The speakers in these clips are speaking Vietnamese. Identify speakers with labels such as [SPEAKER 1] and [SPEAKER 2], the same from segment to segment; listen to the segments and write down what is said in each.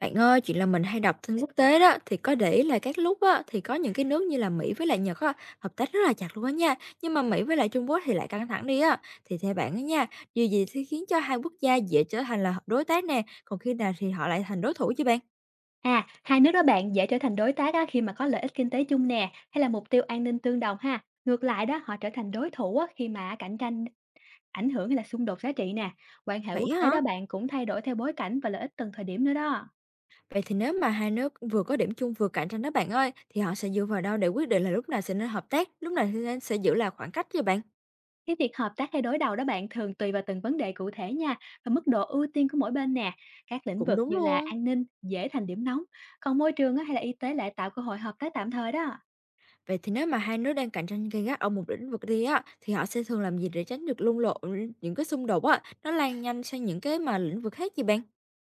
[SPEAKER 1] Bạn ơi, chuyện là mình hay đọc tin quốc tế đó thì có để ý là các lúc á thì có những cái nước như là Mỹ với lại Nhật á hợp tác rất là chặt luôn á nha. Nhưng mà Mỹ với lại Trung Quốc thì lại căng thẳng đi á. Thì theo bạn á nha, điều gì sẽ khiến cho hai quốc gia dễ trở thành là đối tác nè, còn khi nào thì họ lại thành đối thủ chứ bạn?
[SPEAKER 2] À, hai nước đó bạn dễ trở thành đối tác á, khi mà có lợi ích kinh tế chung nè, hay là mục tiêu an ninh tương đồng ha. Ngược lại đó, họ trở thành đối thủ á, khi mà cạnh tranh ảnh hưởng hay là xung đột giá trị nè. Quan hệ
[SPEAKER 1] Vậy
[SPEAKER 2] quốc
[SPEAKER 1] á
[SPEAKER 2] tế
[SPEAKER 1] hả?
[SPEAKER 2] đó bạn cũng thay đổi theo bối cảnh và lợi ích từng thời điểm nữa đó.
[SPEAKER 1] Vậy thì nếu mà hai nước vừa có điểm chung vừa cạnh tranh đó bạn ơi, thì họ sẽ dựa vào đâu để quyết định là lúc nào sẽ nên hợp tác, lúc nào thì nên sẽ giữ là khoảng cách chứ bạn?
[SPEAKER 2] Cái việc hợp tác hay đối đầu đó bạn thường tùy vào từng vấn đề cụ thể nha, và mức độ ưu tiên của mỗi bên nè. Các lĩnh
[SPEAKER 1] Cũng
[SPEAKER 2] vực
[SPEAKER 1] đúng
[SPEAKER 2] như là
[SPEAKER 1] luôn.
[SPEAKER 2] an ninh dễ thành điểm nóng, còn môi trường á, hay là y tế lại tạo cơ hội hợp tác tạm thời đó.
[SPEAKER 1] Vậy thì nếu mà hai nước đang cạnh tranh gay gắt ở một lĩnh vực đi á, thì họ sẽ thường làm gì để tránh được lung lộ những cái xung đột á, nó lan nhanh sang những cái mà lĩnh vực khác vậy bạn?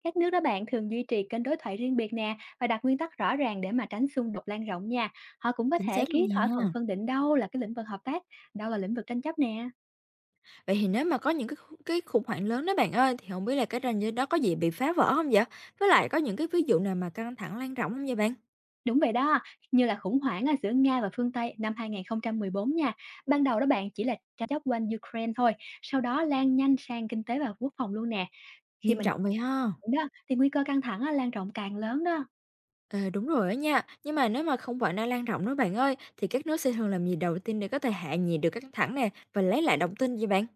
[SPEAKER 2] Các nước đó bạn thường duy trì kênh đối thoại riêng biệt nè, và đặt nguyên tắc rõ ràng để mà tránh xung đột lan rộng nha. Họ cũng có
[SPEAKER 1] Chính
[SPEAKER 2] thể
[SPEAKER 1] xác luôn
[SPEAKER 2] ký thỏa thuận
[SPEAKER 1] nha.
[SPEAKER 2] phân định đâu là cái lĩnh vực hợp tác, đâu là lĩnh vực tranh chấp nè.
[SPEAKER 1] Vậy thì nếu mà có những cái cái khủng hoảng lớn đó bạn ơi, thì không biết là cái ranh giới đó có gì bị phá vỡ không vậy? Với lại có những cái ví dụ nào mà căng thẳng lan rộng không vậy bạn?
[SPEAKER 2] Đúng vậy đó, như là khủng hoảng ở giữa Nga và phương Tây năm 2014 nha. Ban đầu đó bạn chỉ là tranh chấp quanh Ukraine thôi, sau đó lan nhanh sang kinh tế và quốc phòng luôn nè. Khi
[SPEAKER 1] Nghiêm
[SPEAKER 2] mình
[SPEAKER 1] trọng vậy ha?
[SPEAKER 2] đó thì nguy cơ căng thẳng á, lan rộng càng lớn đó.
[SPEAKER 1] Ờ đúng rồi đó nha. Nhưng mà nếu mà không phải đang lan rộng đó bạn ơi, thì các nước sẽ thường làm gì đầu tiên để có thể hạ nhiệt được căng thẳng nè và lấy lại đồng tin vậy bạn?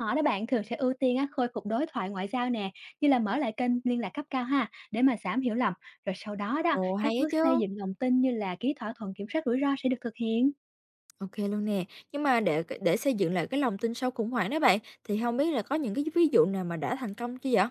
[SPEAKER 2] Họ đó bạn thường sẽ ưu tiên á, khôi phục đối thoại ngoại giao nè, như là mở lại kênh liên lạc cấp cao ha, để mà giảm hiểu lầm. Rồi sau đó đó,
[SPEAKER 1] Ồ
[SPEAKER 2] các
[SPEAKER 1] hay á
[SPEAKER 2] bước xây
[SPEAKER 1] chứ.
[SPEAKER 2] dựng lòng tin như là ký thỏa thuận kiểm soát rủi ro sẽ được thực hiện.
[SPEAKER 1] OK luôn nè. Nhưng mà để xây dựng lại cái lòng tin sau khủng hoảng đó bạn, thì không biết là có những cái ví dụ nào mà đã thành công chưa vậy?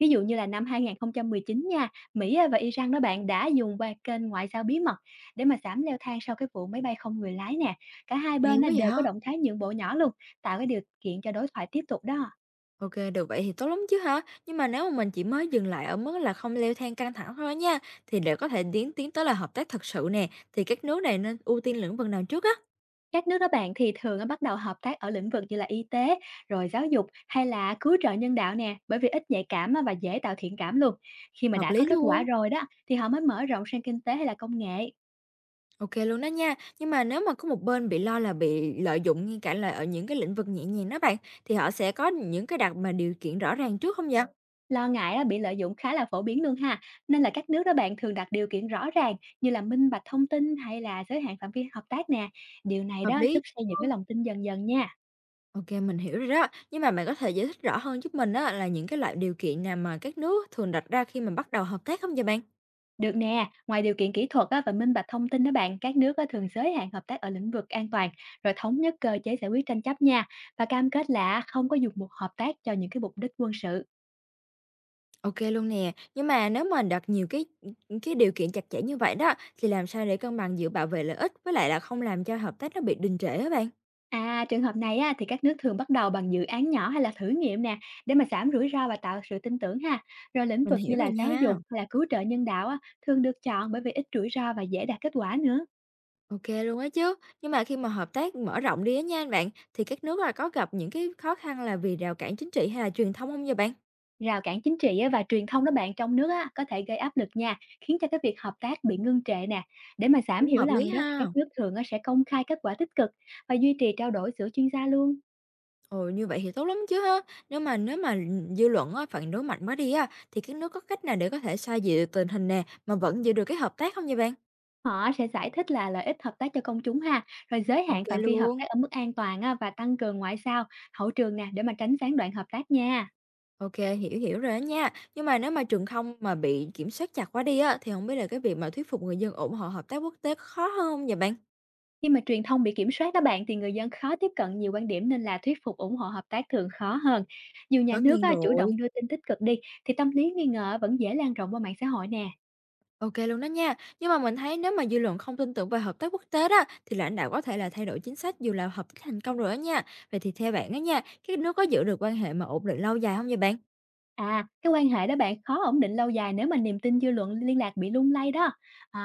[SPEAKER 2] Ví dụ như là năm 2019 nha, Mỹ á và Iran đó bạn đã dùng qua kênh ngoại giao bí mật để mà giảm leo thang sau cái vụ máy bay không người lái nè. Cả hai
[SPEAKER 1] Hay
[SPEAKER 2] bên á,
[SPEAKER 1] quá
[SPEAKER 2] đều có
[SPEAKER 1] vậy!
[SPEAKER 2] động thái nhượng bộ nhỏ luôn, tạo cái điều kiện cho đối thoại tiếp tục đó.
[SPEAKER 1] OK, được vậy thì tốt lắm chứ hả? Nhưng mà nếu mà mình chỉ mới dừng lại ở mức là không leo thang căng thẳng thôi nha, thì để có thể tiến tiến tới là hợp tác thật sự nè, thì các nước này nên ưu tiên lĩnh vực nào trước á?
[SPEAKER 2] Các nước đó bạn thì thường á, bắt đầu hợp tác ở lĩnh vực như là y tế, rồi giáo dục hay là cứu trợ nhân đạo nè, bởi vì ít nhạy cảm á, và dễ tạo thiện cảm luôn. Khi mà
[SPEAKER 1] Hợp
[SPEAKER 2] đã có
[SPEAKER 1] lý
[SPEAKER 2] kết quả
[SPEAKER 1] luôn.
[SPEAKER 2] rồi đó, thì họ mới mở rộng sang kinh tế hay là công nghệ.
[SPEAKER 1] OK luôn đó nha. Nhưng mà nếu mà có một bên bị lo là bị lợi dụng, ngay cả là ở những cái lĩnh vực nhẹ nhàng đó bạn, thì họ sẽ có những cái đặt mà điều kiện rõ ràng trước không vậy?
[SPEAKER 2] Lo ngại á, bị lợi dụng khá là phổ biến luôn ha. Nên là các nước đó bạn thường đặt điều kiện rõ ràng, như là minh bạch thông tin hay là giới hạn phạm vi hợp tác nè. Điều này
[SPEAKER 1] Hợp
[SPEAKER 2] đó giúp
[SPEAKER 1] lý.
[SPEAKER 2] xây dựng cái lòng tin dần dần nha.
[SPEAKER 1] OK mình hiểu rồi đó. Nhưng mà bạn có thể giải thích rõ hơn giúp mình á là những cái loại điều kiện nào mà các nước thường đặt ra khi mà bắt đầu hợp tác không vậy bạn?
[SPEAKER 2] Được nè, ngoài điều kiện kỹ thuật á, và minh bạch thông tin đó bạn, các nước á, thường giới hạn hợp tác ở lĩnh vực an toàn, rồi thống nhất cơ chế giải quyết tranh chấp nha, và cam kết là không có dùng một hợp tác cho những cái mục đích quân sự.
[SPEAKER 1] OK luôn nè. Nhưng mà nếu mà đặt nhiều cái điều kiện chặt chẽ như vậy đó, thì làm sao để cân bằng giữa bảo vệ lợi ích với lại là không làm cho hợp tác nó bị đình trệ á bạn?
[SPEAKER 2] À, trường hợp này á, thì các nước thường bắt đầu bằng dự án nhỏ hay là thử nghiệm nè, để mà giảm rủi ro và tạo sự tin tưởng ha. Rồi lĩnh
[SPEAKER 1] Mình
[SPEAKER 2] vực như
[SPEAKER 1] hiểu rồi
[SPEAKER 2] là giáo dục
[SPEAKER 1] nha.
[SPEAKER 2] hay là cứu trợ nhân đạo á, thường được chọn bởi vì ít rủi ro và dễ đạt kết quả nữa.
[SPEAKER 1] OK luôn á chứ. Nhưng mà khi mà hợp tác mở rộng đi á nha anh bạn, thì các nước là có gặp những cái khó khăn là vì rào cản chính trị hay là truyền thông không vậy bạn?
[SPEAKER 2] Rào cản chính trị á, và truyền thông đó bạn trong nước á, có thể gây áp lực nha, khiến cho cái việc hợp tác bị ngưng trệ nè. Để mà giảm
[SPEAKER 1] Cũng
[SPEAKER 2] hiểu
[SPEAKER 1] hợp lý
[SPEAKER 2] lầm đó thì
[SPEAKER 1] ha.
[SPEAKER 2] các nước thường á sẽ công khai kết quả tích cực, và duy trì trao đổi giữa chuyên gia luôn.
[SPEAKER 1] Ừ, như vậy thì tốt lắm chứ ha. Nếu mà, dư luận á, phản đối mạnh quá đi á, thì các nước có cách nào để có thể xoa dịu tình hình nè, mà vẫn giữ được cái hợp tác không vậy bạn?
[SPEAKER 2] Họ sẽ giải thích là lợi ích hợp tác cho công chúng ha, rồi giới
[SPEAKER 1] Ok
[SPEAKER 2] hạn phạm vi hợp tác
[SPEAKER 1] luôn.
[SPEAKER 2] ở mức an toàn á, và tăng cường ngoại giao, hậu trường nè để mà tránh gián đoạn hợp tác nha.
[SPEAKER 1] Ok hiểu, hiểu rồi đó nha. Nhưng mà nếu mà trường không mà bị kiểm soát chặt quá đi á, thì không biết là cái việc mà thuyết phục người dân ủng hộ hợp tác quốc tế có khó hơn hông vậy bạn?
[SPEAKER 2] Khi mà truyền thông bị kiểm soát đó bạn, thì người dân khó tiếp cận nhiều quan điểm nên là thuyết phục ủng hộ hợp tác thường khó hơn. Dù nhà
[SPEAKER 1] Tất
[SPEAKER 2] nước
[SPEAKER 1] nhiên
[SPEAKER 2] á, chủ động
[SPEAKER 1] rồi.
[SPEAKER 2] đưa tin tích cực đi, thì tâm lý nghi ngờ vẫn dễ lan rộng qua mạng xã hội nè.
[SPEAKER 1] Ok luôn đó nha. Nhưng mà mình thấy nếu mà dư luận không tin tưởng về hợp tác quốc tế đó, thì lãnh đạo có thể là thay đổi chính sách dù là hợp tác thành công rồi đó nha. Vậy thì theo bạn á nha, các nước có giữ được quan hệ mà ổn định lâu dài không vậy bạn?
[SPEAKER 2] À, cái quan hệ đó bạn khó ổn định lâu dài nếu mà niềm tin dư luận liên lạc bị lung lay đó.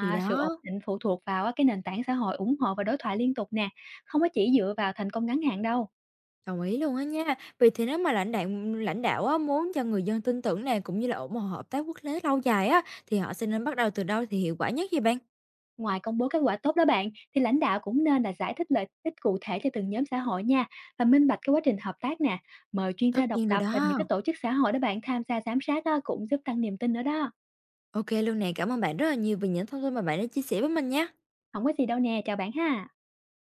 [SPEAKER 1] Thì
[SPEAKER 2] sự ổn
[SPEAKER 1] đó,
[SPEAKER 2] định phụ thuộc vào á, cái nền tảng xã hội ủng hộ và đối thoại liên tục nè, không có chỉ dựa vào thành công ngắn hạn đâu.
[SPEAKER 1] đồng ý luôn á nha. Vì thế nếu mà lãnh đạo á, muốn cho người dân tin tưởng này cũng như là ủng hộ hợp tác quốc tế lâu dài á, thì họ sẽ nên bắt đầu từ đâu thì hiệu quả nhất vậy bạn?
[SPEAKER 2] Ngoài công bố kết quả tốt đó bạn, thì lãnh đạo cũng nên là giải thích lợi ích cụ thể cho từng nhóm xã hội nha, và minh bạch cái quá trình hợp tác nè. Mời chuyên gia
[SPEAKER 1] Tất
[SPEAKER 2] độc
[SPEAKER 1] nhiên rồi
[SPEAKER 2] lập và những cái
[SPEAKER 1] đó.
[SPEAKER 2] tổ chức xã hội đó bạn tham gia giám sát á, cũng giúp tăng niềm tin nữa đó.
[SPEAKER 1] OK luôn nè, cảm ơn bạn rất là nhiều vì những thông tin mà bạn đã chia sẻ với mình nhé.
[SPEAKER 2] Không có gì đâu nè, chào bạn ha.